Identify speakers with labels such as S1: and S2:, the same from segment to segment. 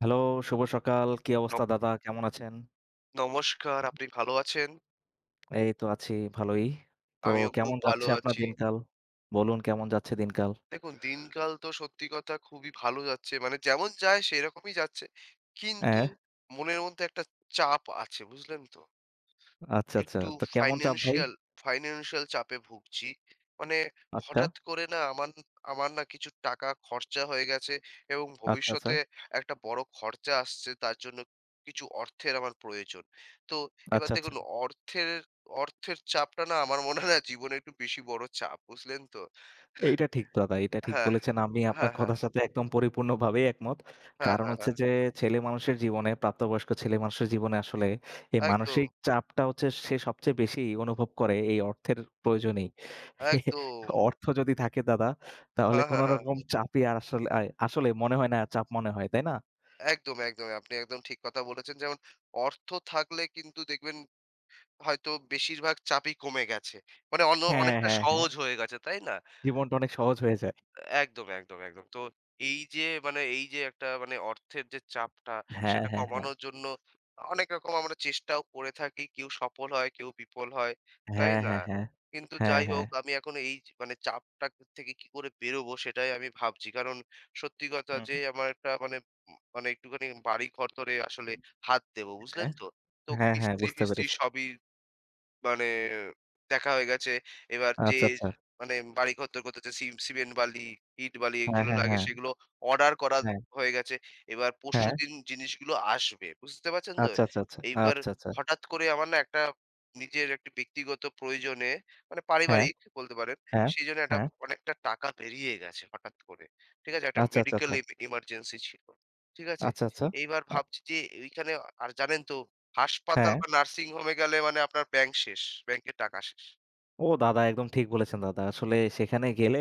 S1: Hello, শুভ সকাল। কি
S2: ন
S1: অবস্থা দাদা? কেমন আছেন?
S2: নমস্কার, আপনি ভালো আছেন?
S1: এই তো আছি ভালোই। তো
S2: আমিও খুব
S1: কেমন
S2: ভালো
S1: যাচ্ছে আপনার
S2: আছি।
S1: দিনকাল? বলুন কেমন যাচ্ছে দিনকাল?
S2: দেখুন, দিনকাল তো সত্যি কথা খুবই ভালো যাচ্ছে। মানে যেমন যায় সেরকমই যাচ্ছে। কিন্তু
S1: হ্যাঁ,
S2: মনের মধ্যে একটা চাপ আছে, বুঝলেন তো?
S1: আচ্ছা, আচ্ছা।
S2: একটু
S1: তো কেমন চাপ ভাই?
S2: ফাইন্যান্সিয়াল ফাইন্যান্সিয়াল চাপে ভুগছি। মানে
S1: আচ্ছা,
S2: হঠাৎ করে না আমার আমার না কিছু টাকা খরচা হয়ে গেছে এবং
S1: আচ্ছা, আচ্ছা,
S2: ভবিষ্যতে একটা বড় খরচা আসছে তার জন্য কিছু অর্থের আমার প্রয়োজন। তো এবার
S1: আচ্ছা, আচ্ছা।
S2: দেখুন অর্থের অর্থের চাপটা না আমার মনে হয় না জীবনে একটু বেশি বড় চাপ, বুঝলেন তো?
S1: এইটা ঠিক দাদা, এইটা ঠিক
S2: হ্যাঁ,
S1: বলেছেন। আমি আপনার
S2: হ্যাঁ, হ্যাঁ,
S1: কথার সাথে একদম পরিপূর্ণভাবেই একমত।
S2: হ্যাঁ,
S1: কারণ
S2: হ্যাঁ,
S1: হচ্ছে
S2: হ্যাঁ।
S1: যে ছেলে মানুষের জীবনে, প্রাপ্তবয়স্ক ছেলে মানুষের জীবনে আসলে এই
S2: হ্যাঁ, একদম,
S1: মানসিক চাপটা হচ্ছে সে সবচেয়ে বেশি অনুভব করে এই অর্থের প্রয়োজনেই।
S2: একদম।
S1: অর্থ যদি থাকে দাদা, তাহলে
S2: হ্যাঁ,
S1: কোন
S2: হ্যাঁ, হ্যাঁ।
S1: রকম চাপই আর আসলে আয় আসলে মনে হয় না চাপ মনে হয়, তাই না?
S2: একদম, একদম। আপনি একদম ঠিক কথা বলেছেন। যেমন অর্থ থাকলে কিন্তু দেখবেন হয়তো বেশিরভাগ চাপই কমে গেছে। মানে অন্য
S1: হ্যাঁ,
S2: অনেকটা
S1: হ্যাঁ, হ্যাঁ।
S2: সহজ হয়ে গেছে, তাই না?
S1: জীবনটা অনেক সহজ হয়ে যায়।
S2: একদম, একদম, একদম। তো এই যে মানে এই যে একটা মানে অর্থের যে চাপটা
S1: হ্যাঁ,
S2: সেটা
S1: হ্যাঁ, হ্যাঁ।
S2: কমানোর জন্য অনেক রকম আমরা চেষ্টাও করে থাকি। কেউ সফল হয়, কেউ বিফল হয়, তাই
S1: হ্যাঁ,
S2: না?
S1: হ্যাঁ, হ্যাঁ।
S2: কিন্তু
S1: হ্যাঁ,
S2: যাই হোক
S1: হ্যাঁ।
S2: আমি এখন এই যে মানে চাপটা থেকে কি করে বেরোবো সেটাই আমি ভাবছি। কারণ সত্যি কথা
S1: হুম।
S2: যে আমার একটা মানে মানে একটুখানি বাড়ি ঘরদরে আসলে হাত দেবো, বুঝলেন
S1: হ্যাঁ,
S2: তো? তো
S1: হ্যাঁ, হ্যাঁ বুঝতে
S2: মিস্ত্রি-ফিস্ত্রি
S1: পেরেছি।
S2: সবই মানে দেখা হয়ে গেছে। এবার যে
S1: আচ্ছা, আচ্ছা।
S2: মানে বাড়িঘর তৈরি করতে হচ্ছে সিমেন্ট বালি, ইট বালি
S1: হ্যাঁ,
S2: এগুলো
S1: হ্যাঁ,
S2: লাগে
S1: হ্যাঁ,
S2: সেগুলো অর্ডার করা
S1: হ্যাঁ,
S2: হয়ে গেছে। এবার
S1: হ্যাঁ।
S2: পরশুদিন জিনিসগুলো আসবে। বুঝতে পারছেন তো?
S1: আচ্ছা, আচ্ছা, আচ্ছা,
S2: এইবার
S1: আচ্ছা, আচ্ছা।
S2: হঠাৎ করে আমার না একটা নিজের একটা ব্যক্তিগত প্রয়োজনে মানে
S1: হ্যাঁ,
S2: পারিবারিক বলতে পারেন।
S1: হ্যাঁ,
S2: সেইজন্য একটা
S1: হ্যাঁ।
S2: অনেকটা টাকা বেরিয়ে গেছে হঠাৎ করে। ঠিক আছে? একটা
S1: আচ্ছা, আচ্ছা,
S2: মেডিকেল
S1: আচ্ছা,
S2: এমার্জেন্সি ছিল। ঠিক আছে?
S1: আচ্ছা, আচ্ছা।
S2: এইবার
S1: আ
S2: ভাবছি যে এইখানে আর জানেন তো হাসপাতাল
S1: হ্যাঁ।
S2: বা নার্সিং হোমে গেলে মানে আপনার ব্যাংক শেষ। ব্যাংকের টাকা শেষ।
S1: ও দাদা একদম ঠিক বলেছেন দাদা। আসলে সেখানে গেলে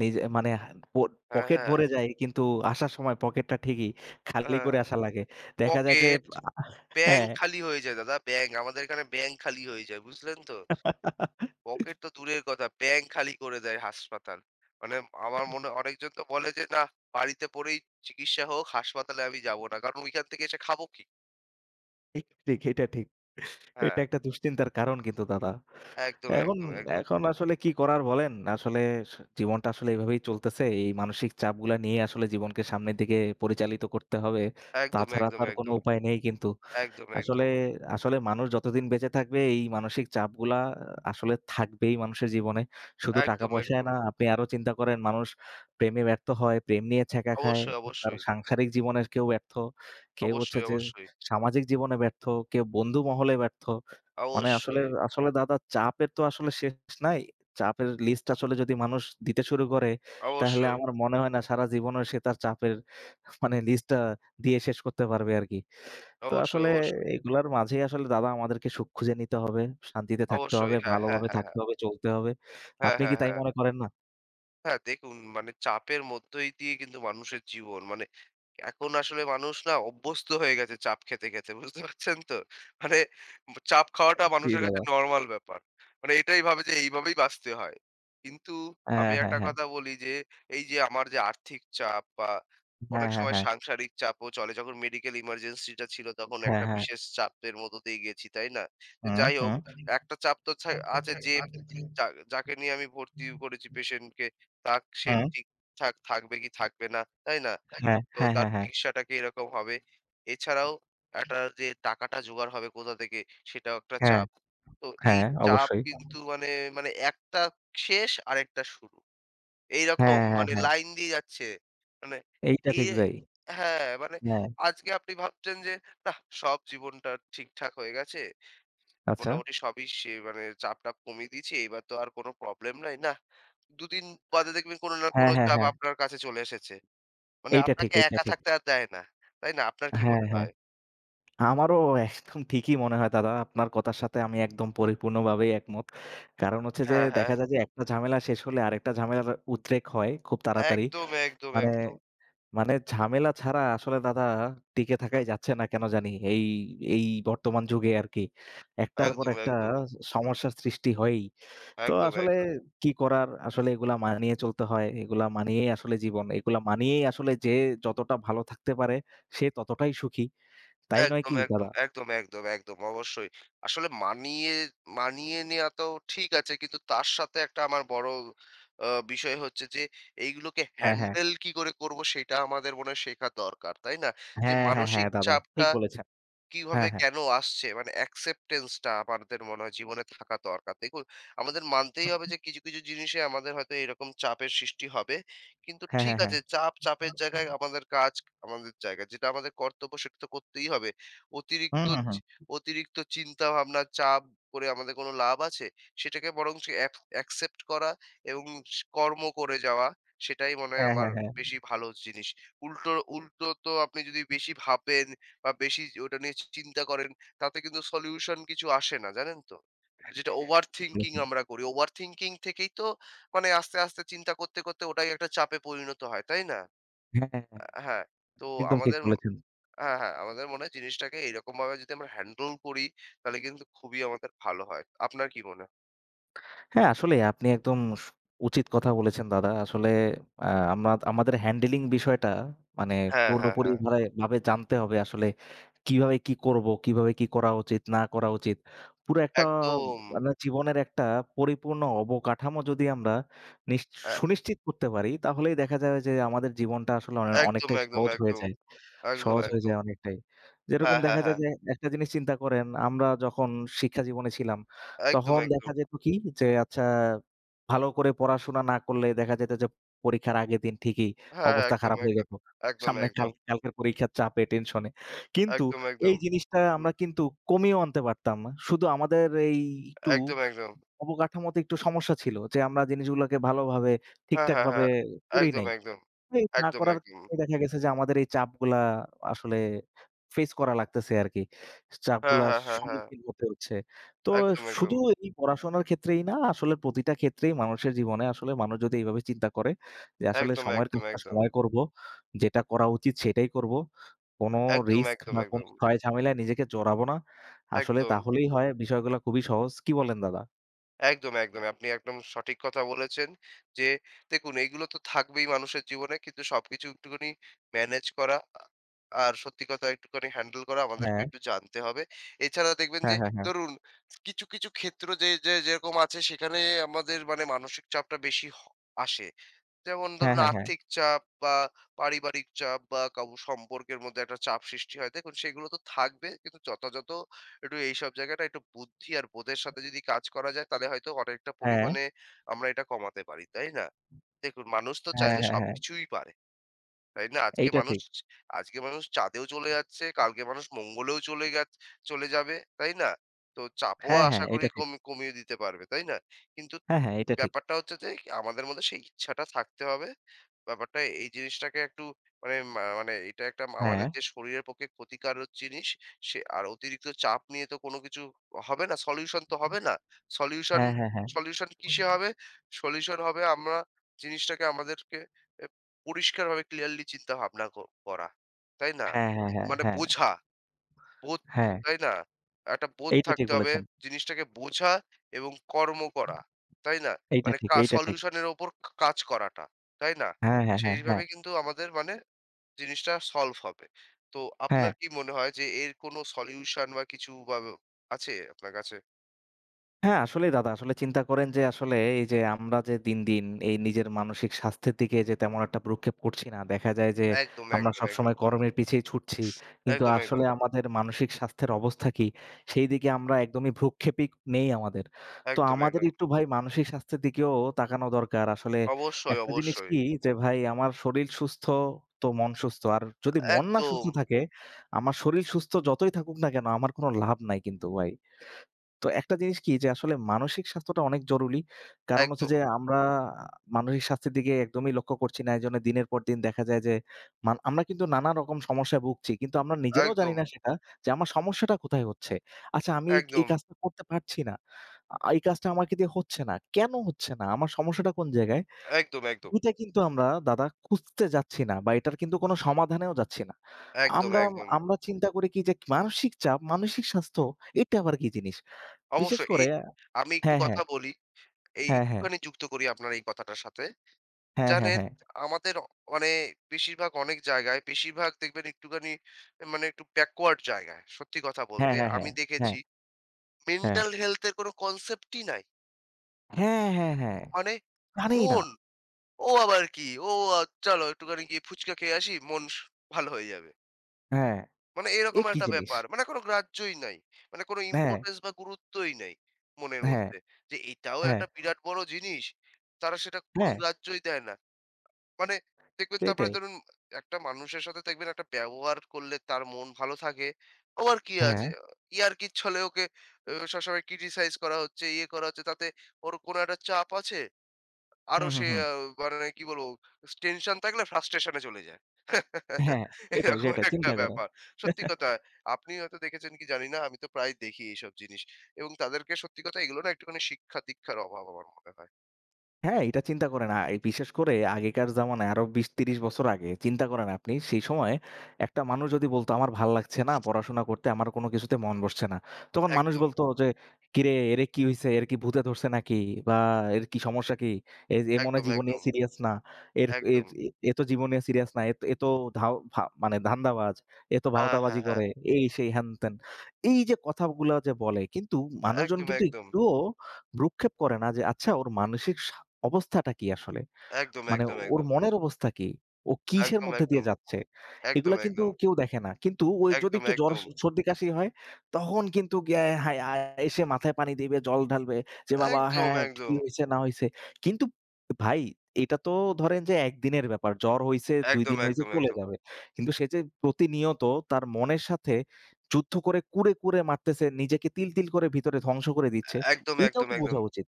S1: নিজে মানে প
S2: হ্যাঁ,
S1: পকেট
S2: হ্যাঁ,
S1: ভরে যায় কিন্তু আসার সময় পকেটটা ঠিকই খালি
S2: হ্যাঁ।
S1: করে আসা লাগে। দেখা যায় যে
S2: পকেট, ব্যাংক
S1: হ্যাঁ।
S2: খালি হয়ে যায় দাদা ব্যাংক। আমাদের এখানে ব্যাংক খালি হয়ে যায়। বুঝলেন তো? পকেট তো দূরের কথা, ব্যাংক খালি করে দেয় হাসপাতাল। মানে আমার মনে অনেকজন তো বলে যে, "নাহ, বাড়িতে পড়েই চিকিৎসা হোক, হাসপাতালে আমি যাব না।" কারণ ওইখান থেকে এসে খাবো কি?
S1: ঠিক, ঠিক এটা ঠিক।
S2: হ্যাঁ,
S1: এটা একটা দুশ্চিন্তার কারণ কিন্তু দাদা।
S2: একদম,
S1: এখন
S2: একদম, একদম,
S1: এখন আসলে কি করার বলেন? আসলে জীবনটা আসলে এভাবেই চলতেছে। এই মানসিক চাপগুলা নিয়ে আসলে জীবনকে সামনের দিকে পরিচালিত করতে হবে।
S2: একদম,
S1: তাছাড়া তো
S2: একদম,
S1: আর কোনো
S2: একদম,
S1: উপায় নেই কিন্তু।
S2: একদম,
S1: আসলে,
S2: একদম,
S1: আসলে মানুষ যতদিন বেঁচে থাকবে এই মানসিক চাপগুলা আসলে থাকবেই মানুষের জীবনে। শুধু
S2: একদম,
S1: টাকা-পয়সায়
S2: একদম।
S1: না, আপনি আরো চিন্তা করেন মানুষ প্রেমে ব্যর্থ হয়, প্রেম নিয়ে ছ্যাঁকা খায়।
S2: অবশ্যই,
S1: কারো
S2: অবশ্যই,
S1: সাংসারিক জীবনে কেউ ব্যর্থ, কেউ হচ্ছে
S2: অবশ্যই,
S1: যে
S2: অবশ্যই,
S1: সামাজিক জীবনে ব্যর্থ, কেউ বন্ধু মহলে ব্যর্থ। মানে আসলে,
S2: অবশ্যই,
S1: আসলে দাদা চাপের তো আসলে শেষ নাই। চাপের লিস্ট আসলে যদি মানুষ দিতে শুরু করে, তাহলে
S2: অবশ্যই।
S1: আমার মনে হয় না সারা জীবনেও সে তার চাপের মানে লিস্টটা দিয়ে শেষ করতে পারবে আরকি। তো
S2: অবশ্যই,
S1: আসলে
S2: অবশ্যই।
S1: এগুলার মাঝেই আসলে দাদা আমাদেরকে সুখ খুঁজে নিতে হবে, শান্তিতে থাকতে
S2: অবশ্যই।
S1: হবে,
S2: হ্যাঁ, হ্যাঁ,
S1: ভালোভাবে
S2: হ্যাঁ, হ্যাঁ।
S1: থাকতে হবে, চলতে হবে।
S2: হ্যাঁ,
S1: আপনি কি
S2: হ্যাঁ,
S1: তাই
S2: হ্যাঁ।
S1: মনে করেন না?
S2: হ্যাঁ, দেখুন মানে চাপের মধ্যই দিয়ে কিন্তু মানুষের জীবন। মানে এখন আসলে মানুষ না অভ্যস্ত হয়ে গেছে চাপ খেতে, খেতে। বুঝতে পারছেন তো? মানে চাপ খাওয়াটা
S1: জি,
S2: মানুষের কাছে
S1: দাদা।
S2: নরমাল ব্যাপার। মানে এটাই ভাবে যে এইভাবেই বাঁচতে হয়। কিন্তু আমি
S1: হ্যাঁ, হ্যাঁ,
S2: একটা
S1: হ্যাঁ।
S2: কথা বলি যে এই যে আমার যে আর্থিক চাপ বা
S1: হ্যাঁ,
S2: অনেক
S1: হ্যাঁ,
S2: সময়
S1: হ্যাঁ।
S2: সাংসারিক চাপও চলে। যখন মেডিকেল ইমার্জেন্সি টা ছিল তখন
S1: হ্যাঁ,
S2: একটা
S1: হ্যাঁ।
S2: বিশেষ চাপের মধ্য দিয়ে গেছি, তাই না? তো
S1: হুম,
S2: যাই হোক
S1: হুম,
S2: একটা চাপ তো আছে যে যা যাকে নিয়ে আমি ভর্তি করেছি পেশেন্ট কে সে
S1: হুম।
S2: ঠিকঠাক থাকবে কি থাকবে না, তাই না?
S1: হ্যাঁ,
S2: তো
S1: হ্যাঁ,
S2: তার
S1: হ্যাঁ, হ্যাঁ।
S2: চিকিৎসাটা কি এরকম হবে। এছাড়াও একটা যে টাকাটা জোগাড় হবে কোথা থেকে সেটাও একটা
S1: হ্যাঁ,
S2: চাপ। তো এই
S1: হ্যাঁ,
S2: চাপ
S1: অবশ্যই।
S2: কিন্তু মানে মানে একটা শেষ আরেকটা শুরু। এইরকম
S1: হ্যাঁ, হ্যাঁ,
S2: মানে
S1: হ্যাঁ।
S2: লাইন দিয়ে যাচ্ছে। মানে
S1: এইটা
S2: এ
S1: ঠিক তাই।
S2: হ্যাঁ, মানে
S1: হ্যাঁ,
S2: আজকে আপনি ভাবছেন যে নাহ সব জীবনটা ঠিকঠাক হয়ে গেছে।
S1: আচ্ছা।
S2: মোটামুটি সবই সে মানে চাপ-টাপ কমিয়ে দিয়েছি। এইবার তো আর কোনো প্রবলেম নাই। নাহ, ২ দিন বাদে দেখবেন কোনো না
S1: হ্যাঁ,
S2: কোনো
S1: হ্যাঁ,
S2: চাপ
S1: হ্যাঁ।
S2: আপনার কাছে চলে এসেছে। মানে
S1: এইটা ঠিক,
S2: আপনাকে
S1: এইটা
S2: একা
S1: ঠিক।
S2: থাকতে আর দেয় না। তাই না? আপনার কি
S1: হ্যাঁ,
S2: মনে
S1: হ্যাঁ।
S2: হয়?
S1: আমারও একদম ঠিকই মনে হয় দাদা। আপনার কথার সাথে আমি একদম পরিপূর্ণভাবেই একমত। কারণ হচ্ছে যে
S2: হ্যাঁ, হ্যাঁ।
S1: দেখা যায় যে একটা ঝামেলা শেষ হলে আরেকটা ঝামেলার উদ্রেক হয় খুব তাড়াতাড়ি।
S2: একদম, একদম,
S1: মানে
S2: একদম।
S1: মানে ঝামেলা ছাড়া আসলে দাদা টিকে
S2: আ
S1: থাকাই যাচ্ছে না কেন জানি। এই এই বর্তমান যুগে আরকি। একটার পর
S2: একদম,
S1: একটা
S2: একদম।
S1: সমস্যার সৃষ্টি হয়ই। তো
S2: একদম,
S1: আসলে
S2: একদম।
S1: কি করার? আসলে এগুলা মানিয়ে চলতে হয়। এগুলা মানিয়েই আসলে জীবন। এগুলা মানিয়েই আসলে যে যতটা ভালো থাকতে পারে সে ততটাই সুখী। তাই নয়
S2: একদম,
S1: কি
S2: একদম,
S1: দাদা?
S2: একদম, একদম, একদম অবশ্যই। আসলে মানিয়ে নেয়া তো ঠিক আছে। কিন্তু তার সাথে একটা আমার বড় আ বিষয় হচ্ছে যে এইগুলোকে
S1: হ্যাঁ, হ্যাঁ।
S2: হ্যান্ডেল কি করে করব সেটা আমাদের মনে হয় শেখা দরকার। তাই না? যে
S1: হ্যাঁ, হ্যাঁ,
S2: মানসিক
S1: হ্যাঁ, দাদা। ঠিক
S2: চাপটা
S1: বলেছেন।
S2: কিভাবে
S1: হ্যাঁ, হ্যাঁ।
S2: কেন আসছে? মানে acceptance টা আমাদের মনে হয় জীবনে থাকা দরকার। দেখুন, আমাদের মানতেই হবে
S1: হুম।
S2: যে কিছু, কিছু জিনিসে আমাদের হয়তো এরকম চাপের সৃষ্টি হবে। কিন্তু
S1: হ্যাঁ,
S2: ঠিক
S1: হ্যাঁ, হ্যাঁ।
S2: আছে, চাপ চাপের জায়গায় আমাদের কাজ আমাদের জায়গায়। যেটা আমাদের কর্তব্য সেটা তো করতেই হবে। অতিরিক্ত
S1: হুম, হুম,
S2: চি
S1: হুম।
S2: অতিরিক্ত চিন্তাভাবনা, চাপ করে আমাদের কোনো লাভ আছে? সেটাকে বরঞ্চ accept করা এবং কর্ম করে যাওয়া সেটাই মনে হয়
S1: হ্যাঁ,
S2: আমার
S1: হ্যাঁ, হ্যাঁ।
S2: বেশি ভালো জিনিস। উল্টো উল্টো তো আপনি যদি বেশি ভাবেন বা বেশি ওটা নিয়ে চিন্তা করেন, তাতে কিন্তু সলিউশন কিছু আসে না, জানেন তো?
S1: হ্যাঁ,
S2: যেটা
S1: হ্যাঁ।
S2: ওভার
S1: ঠিক
S2: থিংকিং
S1: বলেছেন।
S2: আমরা করি। ওভার থিংকিং থেকেই তো মানে আস্তে, আস্তে চিন্তা করতে, করতে ওটাই একটা চাপে পরিণত হয়, তাই না?
S1: হ্যাঁ, হ্যাঁ, হ্যাঁ।
S2: হ্যাঁ, তো
S1: একদম ঠিক
S2: আমাদের
S1: বলেছেন।
S2: হ্যাঁ, হ্যাঁ, আমাদের মনে হয় জিনিসটাকে এরকমভাবে যদি আমরা হ্যান্ডেল করি, তাহলে কিন্তু খুবই আমাদের ভালো হয়। আপনার কি মনে হয়?
S1: হ্যাঁ, আসলেই আপনি একদম উচিত কথা বলেছেন দাদা। আসলে আ আমা আমাদের হ্যান্ডেলিং বিষয়টা মানে
S2: হ্যাঁ, হ্যাঁ,
S1: পুরোপুরি
S2: হ্যাঁ।
S1: ভাবে ভাবে জানতে হবে আসলে কিভাবে কি করব, কিভাবে কি করা উচিত, না করা উচিত। পুরো একটা
S2: একদম।
S1: মানে জীবনের একটা পরিপূর্ণ অবকাঠামো যদি আমরা নিশ
S2: অ্যা
S1: সুনিশ্চিত করতে পারি, তাহলেই দেখা যাবে যে আমাদের জীবনটা আসলে
S2: একদম,
S1: অনেকটাই
S2: একদম,
S1: সহজ হয়ে
S2: একদম।
S1: যায়।
S2: একদম,
S1: সহজ হয়ে
S2: একদম।
S1: যায় অনেকটাই।
S2: হ্যাঁ,
S1: যেরকম
S2: হ্যাঁ,
S1: দেখা যায়
S2: হ্যাঁ।
S1: যে একটা জিনিস চিন্তা করেন, আমরা যখন শিক্ষা জীবনে ছিলাম
S2: একদম,
S1: তখন
S2: একদম।
S1: দেখা যেত কি যে আচ্ছা ভালো করে পড়াশোনা না করলে দেখা যেত যে পরীক্ষার আগের দিন ঠিকই
S2: হ্যাঁ,
S1: অবস্থা
S2: একদম,
S1: খারাপ হয়ে
S2: একদম।
S1: যেত।
S2: একদম,
S1: সামনে
S2: একদম।
S1: কালকের পরীক্ষার চাপে টেনশনে। কিন্তু
S2: একদম,
S1: এই
S2: একদম।
S1: জিনিসটা
S2: হুম,
S1: আমরা কিন্তু কমিয়েও আনতে পারতাম। শুধু আমাদের এই একটু
S2: একদম, একদম।
S1: অবকাঠামোতে একটু সমস্যা ছিল যে আমরা জিনিসগুলোকে ভালোভাবে
S2: হ্যাঁ, হ্যাঁ,
S1: ঠিকঠাকভাবে
S2: হ্যাঁ।
S1: করি
S2: একদম,
S1: নাই।
S2: একদম।
S1: এই না
S2: একদম,
S1: করার
S2: একদম।
S1: কারণেই দেখা গেছে যে আমাদের এই চাপগুলা আসলে ফেস করা লাগতেছে আরকি।
S2: হ্যাঁ,
S1: চাপগুলার
S2: হ্যাঁ, হ্যাঁ, হ্যাঁ।
S1: সম্মুখীন হতে হচ্ছে। তো
S2: একদম, একদম।
S1: শুধু এই পড়াশোনার ক্ষেত্রেই না আসলে প্রতিটা ক্ষেত্রেই মানুষের জীবনে আসলে মানুষ যদি এইভাবে চিন্তা করে যে আসলে
S2: একদম,
S1: সময়ের
S2: একদম,
S1: কাজটা
S2: একদম।
S1: সময়ে করব, যেটা করা উচিত সেটাই করব। কোনো
S2: একদম,
S1: রিস্ক
S2: একদম,
S1: বা কোনো
S2: একদম।
S1: ঝয়-ঝামেলায় নিজেকে জড়াবো না। আসলে
S2: একদম,
S1: তাহলেই হয় বিষয়গুলা খুবই সহজ। কি বলেন দাদা?
S2: একদম, একদম। আপনি একদম সঠিক কথা বলেছেন যে দেখুন এগুলো তো থাকবেই মানুষের জীবনে কিন্তু সবকিছু একটুখানি ম্যানেজ করা আর সত্যি কথা একটুখানি হ্যান্ডেল করা আমাদেরকে
S1: হ্যাঁ,
S2: একটু জানতে হবে। এছাড়া দেখবেন যে
S1: হ্যাঁ, হ্যাঁ, হ্যাঁ।
S2: ধরুন কিছু, কিছু ক্ষেত্র যে যে যেরকম আছে সেখানে আমাদের মানে মানসিক চাপটা বেশি আসে। যেমন
S1: হ্যাঁ,
S2: ধরুন
S1: হ্যাঁ, হ্যাঁ।
S2: আর্থিক চাপ বা পারিবারিক চাপ বা কারো সম্পর্কের মধ্যে একটা চাপ সৃষ্টি হয় দেখুন সেগুলো তো থাকবে কিন্তু যথাযথ একটু এইসব জায়গাটা একটু বুদ্ধি আর বোধের সাথে যদি কাজ করা যায় তাহলে হয়তো অনেকটা
S1: হ্যাঁ,
S2: পরিমাণে আমরা এটা কমাতে পারি তাই না দেখুন মানুষ তো
S1: হ্যাঁ,
S2: চাইলে
S1: হ্যাঁ, হ্যাঁ।
S2: সবকিছুই পারে তাই না
S1: এইটা ঠিক।
S2: আজকে মানুষ চাঁদেও চলে যাচ্ছে কালকে মানুষ মঙ্গলেও চলে গেছে চলে যাবে তাই না তো চাপও
S1: হ্যাঁ,
S2: আশা
S1: হ্যাঁ,
S2: করি
S1: এইটা ঠিক।
S2: কমিয়ে দিতে পারবে তাই না কিন্তু
S1: হ্যাঁ, হ্যাঁ, এটা ঠিক।
S2: ব্যাপারটা হচ্ছে যে আমাদের মধ্যে সেই ইচ্ছাটা থাকতে হবে। ব্যাপারটা এই জিনিসটাকে একটু মানে মানে এটা একটা
S1: হ্যাঁ,
S2: আমাদের যে শরীরের পক্ষে ক্ষতিকারক জিনিস সে আর অতিরিক্ত চাপ নিয়ে তো কোনো কিছু হবে না, সলিউশন তো হবে না। সলিউশন
S1: হ্যাঁ, হ্যাঁ, হ্যাঁ।
S2: সলিউশন কিসে হবে? সলিউশন হবে আমরা জিনিসটাকে আমাদেরকে এ পরিষ্কারভাবে ক্লিয়ারলি চিন্তা ভাবনা করা। তাই না?
S1: হ্যাঁ, হ্যাঁ, হ্যাঁ,
S2: মানে
S1: হ্যাঁ,
S2: বোঝা। বোধ,
S1: হ্যাঁ।
S2: তাই না? একটা বোধ
S1: এইটা ঠিক
S2: থাকতে হবে।
S1: বলেছেন।
S2: জিনিসটাকে বোঝা এবং কর্ম করা। তাই না?
S1: এইটা
S2: মানে
S1: ঠিক, এইটা ঠিক।
S2: সলিউশন এর ওপর কাজ করাটা। তাই না?
S1: হ্যাঁ, হ্যাঁ, হ্যাঁ,
S2: সেইভাবে
S1: হ্যাঁ,
S2: কিন্তু আমাদের মানে জিনিসটা সলভ হবে। তো আপনার
S1: হ্যাঁ।
S2: কি মনে হয় যে এর কোনো সলিউশন বা কিছু বা আছে আপনার কাছে?
S1: হ্যাঁ, আসলেই দাদা আসলে চিন্তা করেন যে আসলে এই যে আমরা যে দিন, দিন এই নিজের মানসিক স্বাস্থ্যের দিকে যে তেমন একটা ভ্রূক্ষেপ করছি না। দেখা যায় যে
S2: একদম,
S1: আমরা
S2: একদম, একদম।
S1: সবসময় কর্মের পিছেই ছুটছি। কিন্তু
S2: একদম, একদম।
S1: আসলে আমাদের মানসিক স্বাস্থ্যের অবস্থা কি? সেই দিকে আমরা একদমই ভ্রূক্ষেপই নেই আমাদের। তো
S2: একদম,
S1: আমাদের
S2: একদম।
S1: একটু ভাই মানসিক স্বাস্থ্যের দিকেও তাকানো দরকার। আসলে
S2: অবশ্যই,
S1: একটা জিনিস
S2: অবশ্যই।
S1: কি যে ভাই আমার শরীর সুস্থ তো মন সুস্থ। আর যদি মন না সুস্থ
S2: একদম,
S1: থাকে, আমার শরীর সুস্থ যতই থাকুক না কেন আমার কোনো লাভ নাই কিন্তু ভাই। তো একটা জিনিস কি যে আসলে মানসিক স্বাস্থ্যটা অনেক জরুরি। কারণ হচ্ছে
S2: একদম,
S1: যে আমরা মানসিক স্বাস্থ্যের দিকে একদমই লক্ষ্য করছি না। এজন্য দিনের পর দিন দেখা যায় যে আমরা কিন্তু নানা রকম সমস্যায় ভুগছি। কিন্তু আমরা নিজেরাও জানি
S2: একদম,
S1: না সেটা যে আমার সমস্যাটা কোথায় হচ্ছে। আচ্ছা আমি এই
S2: একদম,
S1: কাজটা করতে পারছি না। এই কাজটা আমাকে দিয়ে হচ্ছে না। কেন হচ্ছে না? আমার সমস্যাটা কোন জায়গায়?
S2: একদম, একদম,
S1: এটা কিন্তু আমরা দাদা খুঁজতে যাচ্ছি না বা এটার কিন্তু কোনো সমাধানেও যাচ্ছি না।
S2: একদম,
S1: আমরা,
S2: একদম।
S1: আমরা চিন্তা করি কি যে মানসিক চাপ, মানসিক স্বাস্থ্য এটা আবার কি জিনিস? বিশেষ
S2: অবশ্যই
S1: করে
S2: আমি একটু
S1: হ্যাঁ, হ্যাঁ,
S2: কথা বলি এই
S1: হ্যাঁ, হ্যাঁ,
S2: একটুখানি যুক্ত করি আপনার এই কথাটার সাথে।
S1: হ্যাঁ, হ্যাঁ,
S2: জানেন
S1: হ্যাঁ,
S2: আমাদের অ মানে বেশিরভাগ অনেক জায়গায় বেশিরভাগ দেখবেন একটুখানি মানে একটু ব্যাকওয়ার্ড জায়গায়। সত্যি কথা
S1: হ্যাঁ,
S2: বলতে
S1: হ্যাঁ, হ্যাঁ,
S2: আমি
S1: হ্যাঁ, হ্যাঁ,
S2: দেখেছি মেন্টাল হেলথ এর কোনো কনসেপ্টই নাই।
S1: হ্যাঁ, হ্যাঁ, হ্যাঁ,
S2: মানে
S1: জানেই না।
S2: মন, ও আবার কি? ও আ চলো একটুখানি গিয়ে ফুচকা খেয়ে আসি, মন স ভালো হয়ে যাবে।
S1: হ্যাঁ,
S2: মানে
S1: এ
S2: এরকম
S1: কি
S2: একটা
S1: জিনিস?
S2: ব্যাপার। মানে কোনো গ্রাহ্যই নাই। মানে কোনো
S1: হ্যাঁ,
S2: ইম্পোর্টেন্স বা গুরুত্বই নাই মনের
S1: হ্যাঁ,
S2: মধ্যে। যে এটাও
S1: হ্যাঁ,
S2: একটা বিরাট বড় জিনিস। তারা সেটা কোনো
S1: হ্যাঁ,
S2: গ্রাহ্যই দেয় না। মানে দেখবেন তারপরে
S1: সেটাই।
S2: ধরুন একটা মানুষের সাথে দেখবেন একটা ব্যবহার করলে তার মন ভালো থাকে। আবার কি আছে?
S1: হ্যাঁ,
S2: ইয়ার্কির ছলে ওকে সবসময় ক্রিটিসাইজ করা হচ্ছে, ইয়ে করা হচ্ছে তাতে ওর কোনো একটা চাপ আছে। আরো
S1: হুম,
S2: সে
S1: হুম, হুম।
S2: আ মানে কি বলবো? টেনশন থাকলে ফ্রাস্ট্রেশন এ চলে যায়।
S1: হ্যাঁ, সেটাই,
S2: এরকম
S1: সেটাই
S2: একটা
S1: চিন্তা করেন।
S2: ব্যাপার। সত্যি কথা আপনি হয়তো দেখেছেন কি জানি না। আমি তো প্রায় দেখি এইসব জিনিস। এবং তাদেরকে সত্যি কথা এগুলো না একটুখানি শিক্ষা-দীক্ষার অভাব আমার মনে হয়।
S1: হ্যাঁ, এটা চিন্তা করেন। বিশেষ করে আগেকার জামানায় আরো ২০-৩০ বছর আগে চিন্তা করেন আপনি সেই সময় একটা মানুষ যদি বলতো, "আমার ভাল লাগছে না পড়াশোনা করতে, আমার কোনো কিছুতে মন বসছে না।" তখন মানুষ
S2: একদম,
S1: বলতো যে, "কিরে এরে কি হইছে? এর কি ভূতে ধরছে নাকি? বা এর কি সমস্যা কি? এ এ মনে হয়
S2: একদম,
S1: জীবন নিয়ে
S2: একদম,
S1: সিরিয়াস না। এর এর
S2: একদম।
S1: এ এ তো জীবন নিয়ে সিরিয়াস না। এ তো ধাও ভা মানে ধান্দাবাজ, এ তো
S2: হ্যাঁ, হ্যাঁ,
S1: ভাওতাবাজি
S2: হ্যাঁ।
S1: করে, এই সেই হ্যান-ত্যান।" এই যে কথাগুলা যে বলে কিন্তু মানুষজন
S2: একদম,
S1: কিন্তু
S2: একদম।
S1: একটুও ভ্রূক্ষেপ করে না যে, "আচ্ছা ওর মানসিক অবস্থাটা কি আসলে?
S2: একদম,
S1: মানে
S2: একদম,
S1: ওর
S2: একদম।
S1: মনের অবস্থা কি? ও কিসের
S2: একদম,
S1: মধ্যে
S2: একদম।
S1: দিয়ে যাচ্ছে? এগুলা কিন্তু কেউ দেখে না। কিন্তু ওই যদি
S2: একদম,
S1: একটু জ্বর,
S2: একদম।
S1: সর্দি, কাশি হয় তখন কিন্তু গিয়ে হায় এসে মাথায় পানি দিবে, জল ঢালবে যে, "বাবা
S2: একদম,
S1: হ্যাঁ, কি
S2: একদম।
S1: হইছে না হইছে?" কিন্তু ভাই এটা তো ধরেন যে একদিনের ব্যাপার। জ্বর হইছে, ২
S2: একদম, একদম। একদম,
S1: দিন হইছে
S2: একদম,
S1: চলে
S2: একদম।
S1: যাবে। কিন্তু সে যে প্রতিনিয়ত তার মনের সাথে যুদ্ধ করে কুরে, কুরে মারতেছে, নিজেকে তিল, তিল করে ভিতরে ধ্বংস করে দিচ্ছে।
S2: একদম,
S1: এটাও
S2: একদম,
S1: তো
S2: একদম।
S1: বোঝা উচিত।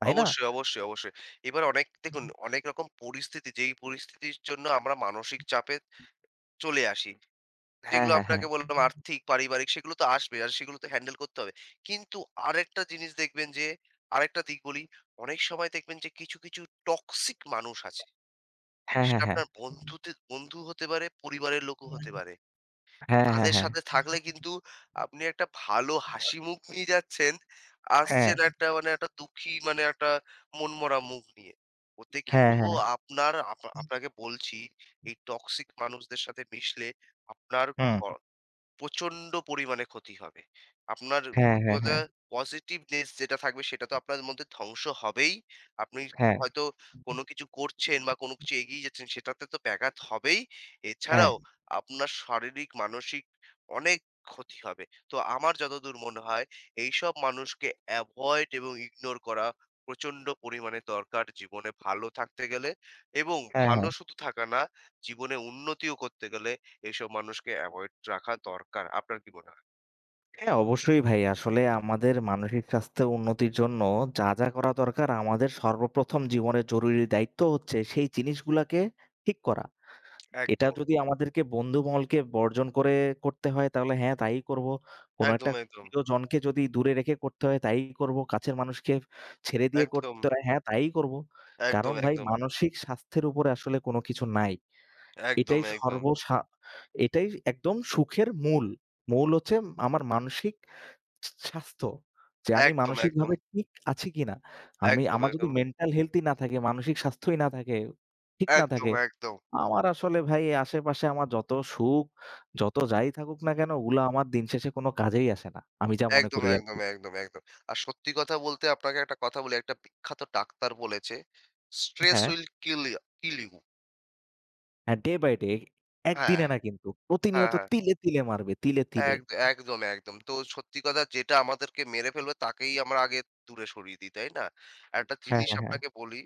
S1: তাই না?
S2: অবশ্যই, অবশ্যই, অবশ্যই। এবার অনেক দেখুন অনেক রকম পরিস্থিতি যেই পরিস্থিতির জন্য আমরা মানসিক চাপে চলে আসি।
S1: হ্যাঁ,
S2: যেগুলো
S1: হ্যাঁ, হ্যাঁ।
S2: আপনাকে বললাম আর্থিক, পারিবারিক সেগুলো তো আসবে। আর সেগুলো তো হ্যান্ডেল করতে হবে। কিন্তু আরেকটা জিনিস দেখবেন যে আরেকটা দিক বলি, অনেক সময় দেখবেন যে কিছু, কিছু টক্সিক মানুষ আছে।
S1: হ্যাঁ,
S2: সেটা
S1: হ্যাঁ, হ্যাঁ।
S2: আপনার বন্ধু হতে পারে, পরিবারের লোকও হতে পারে।
S1: হ্যাঁ, হ্যাঁ,
S2: তাদের
S1: হ্যাঁ।
S2: সাথে থাকলে কিন্তু আপনি একটা ভালো হাসিমুখ নিয়ে যাচ্ছেন,
S1: হ্যাঁ,
S2: আসছেন একটা মানে একটা দুঃখী মানে একটা মনমরা মুখ নিয়ে। ওতে
S1: হ্যাঁ,
S2: কিন্তু
S1: হ্যাঁ।
S2: আপনার আপনা আপনাকে বলছি এই টক্সিক মানুষদের সাথে মিশলে আপনার
S1: হুম।
S2: ক প্রচন্ড পরিমাণে ক্ষতি হবে। আপনার
S1: হ্যাঁ,
S2: প্রতি
S1: হ্যাঁ,
S2: কথা
S1: হ্যাঁ।
S2: পজিটিভনেস যেটা থাকবে সেটা তো আপনার মধ্যে ধ্বংস হবেই। আপনি
S1: হ্যাঁ,
S2: হয়তো কোনো কিছু করছেন বা কোনো কিছু এগিয়ে যাচ্ছেন সেটাতে তো ব্যাঘাত হবেই।
S1: হ্যাঁ,
S2: এছাড়াও আপনার শারীরিক, মানসিক অনেক ক্ষতি হবে। তো আমার যতদূর মনে হয় এইসব মানুষকে এভয়েড এবং ইগনোর করা প্রচন্ড পরিমাণে দরকার জীবনে ভালো থাকতে গেলে এবং
S1: হ্যাঁ,
S2: ভালো
S1: হ্যাঁ।
S2: শুধু থাকা না, জীবনে উন্নতিও করতে গেলে এইসব মানুষকে এভয়েড রাখা দরকার। আপনার কি মনে হয়?
S1: হ্যাঁ, অবশ্যই ভাই। আসলে আমাদের মানসিক স্বাস্থ্য উন্নতির জন্য যা, যা করা দরকার আমাদের সর্বপ্রথম জীবনের জরুরি দায়িত্ব হচ্ছে সেই জিনিসগুলাকে ঠিক করা। এটা
S2: একদম,
S1: যদি আমাদেরকে বন্ধুমহলকে বর্জন করে করতে হয় তাহলে হ্যাঁ, তাই করব। কোন
S2: একদম,
S1: একটা
S2: একদম,
S1: প্রিয়জনকে যদি দূরে রেখে করতে হয় তাই করব। কাছের মানুষকে ছেড়ে দিয়ে
S2: একদম,
S1: করতে হয় হ্যাঁ, তাই করব। কারণ
S2: একদম,
S1: ভাই মানসিক স্বাস্থ্যের উপরে আসলে কোন কিছু নাই।
S2: একদম, একদম,
S1: এটাই
S2: একদম,
S1: সর্বসা এটাই একদম সুখের মূল। মূল হচ্ছে আমার মানসিক স্বাস্থ্য। যে আমি
S2: একদম, একদম,
S1: মানসিকভাবে ঠিক আছি কিনা?
S2: একদম, একদম,
S1: আমার যদি
S2: একদম,
S1: মেন্টাল হেলথ ই না থাকে, মানসিক স্বাস্থ্যই না থাকে, ঠিক না
S2: একদম,
S1: থাকে আমার আসলে ভাই আশেপাশে আমার যত সুখ, যত যাই থাকুক না কেন ওগুলা আমার দিন শেষে কোনো কাজেই আসে না। আমি যা মনে
S2: একদম,
S1: করি
S2: একদম,
S1: আরকি।
S2: একদম, একদম। আর সত্যি কথা বলতে আপনাকে একটা কথা বলি, একটা বিখ্যাত ডাক্তার বলেছে, "Stress
S1: হ্যাঁ,
S2: will kill you."
S1: হ্যাঁ ডে বাই ডে
S2: হ্যাঁ,
S1: একদিনে না কিন্তু।
S2: হ্যাঁ,
S1: প্রতিনিয়ত
S2: হ্যাঁ।
S1: তিলে, তিলে মারবে। তিলে, তিলে।
S2: এক একদম, একদম। তো সত্যি কথা যেটা আমাদেরকে মেরে ফেলবে তাকেই আমরা আগে দূরে সরিয়ে দিই, তাই না? একটা জি।
S1: হ্যাঁ,
S2: জিনিস
S1: হ্যাঁ, হ্যাঁ।
S2: আপনাকে বলি,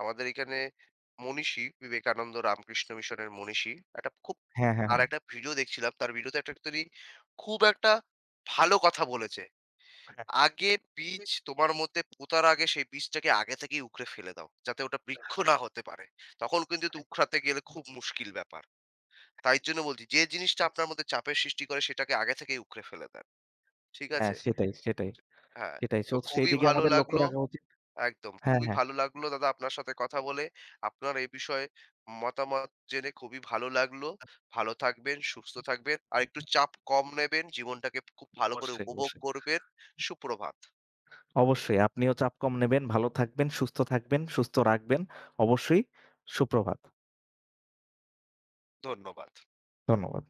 S2: আমাদের এখানে মনীষী, বিবেকানন্দ রামকৃষ্ণ মিশনের মনীষী, একটা খুব
S1: হ্যাঁ, হ্যাঁ,
S2: তার
S1: হ্যাঁ।
S2: একটা ভিডিও দেখছিলাম। তার ভিডিওতে একটা তিনি খুব একটা ভালো কথা বলেছে।
S1: হ্যাঁ,
S2: আগে বীজ তোমার মধ্যে পোঁতার আগে সেই বীজটাকে আগে থেকেই উখড়ে ফেলে দাও। যাতে ওটা বৃক্ষ না হতে পারে। তখন কিন্তু উখড়াতে গেলে খুব মুশকিল ব্যাপার। তাই জন্য বলছি যে জিনিসটা আপনার মধ্যে চাপের সৃষ্টি করে সেটাকে আগে থেকেই উকড়ে ফেলে দেন। ঠিক
S1: হ্যাঁ
S2: আছে?
S1: সেটাই, সেটাই,
S2: হ্যাঁ,
S1: সেটাই।
S2: তো
S1: সো
S2: খুবই
S1: সেইদিকে
S2: ভালো
S1: আমাদের লক্ষ্য
S2: লাগলো
S1: রাখা উচিত।
S2: একদম।
S1: হ্যাঁ,
S2: খুবই
S1: হ্যাঁ।
S2: ভালো লাগলো দাদা আপনার সাথে কথা বলে। আপনার এই বিষয়ে মতামত জেনে খুবই ভালো লাগলো। ভালো থাকবেন, সুস্থ থাকবেন। আর একটু চাপ কম নেবেন। জীবনটাকে খুব ভালো করে
S1: অবশ্যই,
S2: উপভোগ
S1: অবশ্যই।
S2: করবেন। সুপ্রভাত।
S1: অবশ্যই আপনিও চাপ কম নেবেন, ভালো থাকবেন, সুস্থ থাকবেন, সুস্থ রাখবেন। অবশ্যই। সুপ্রভাত।
S2: ধন্যবাদ।
S1: ধন্যবাদ।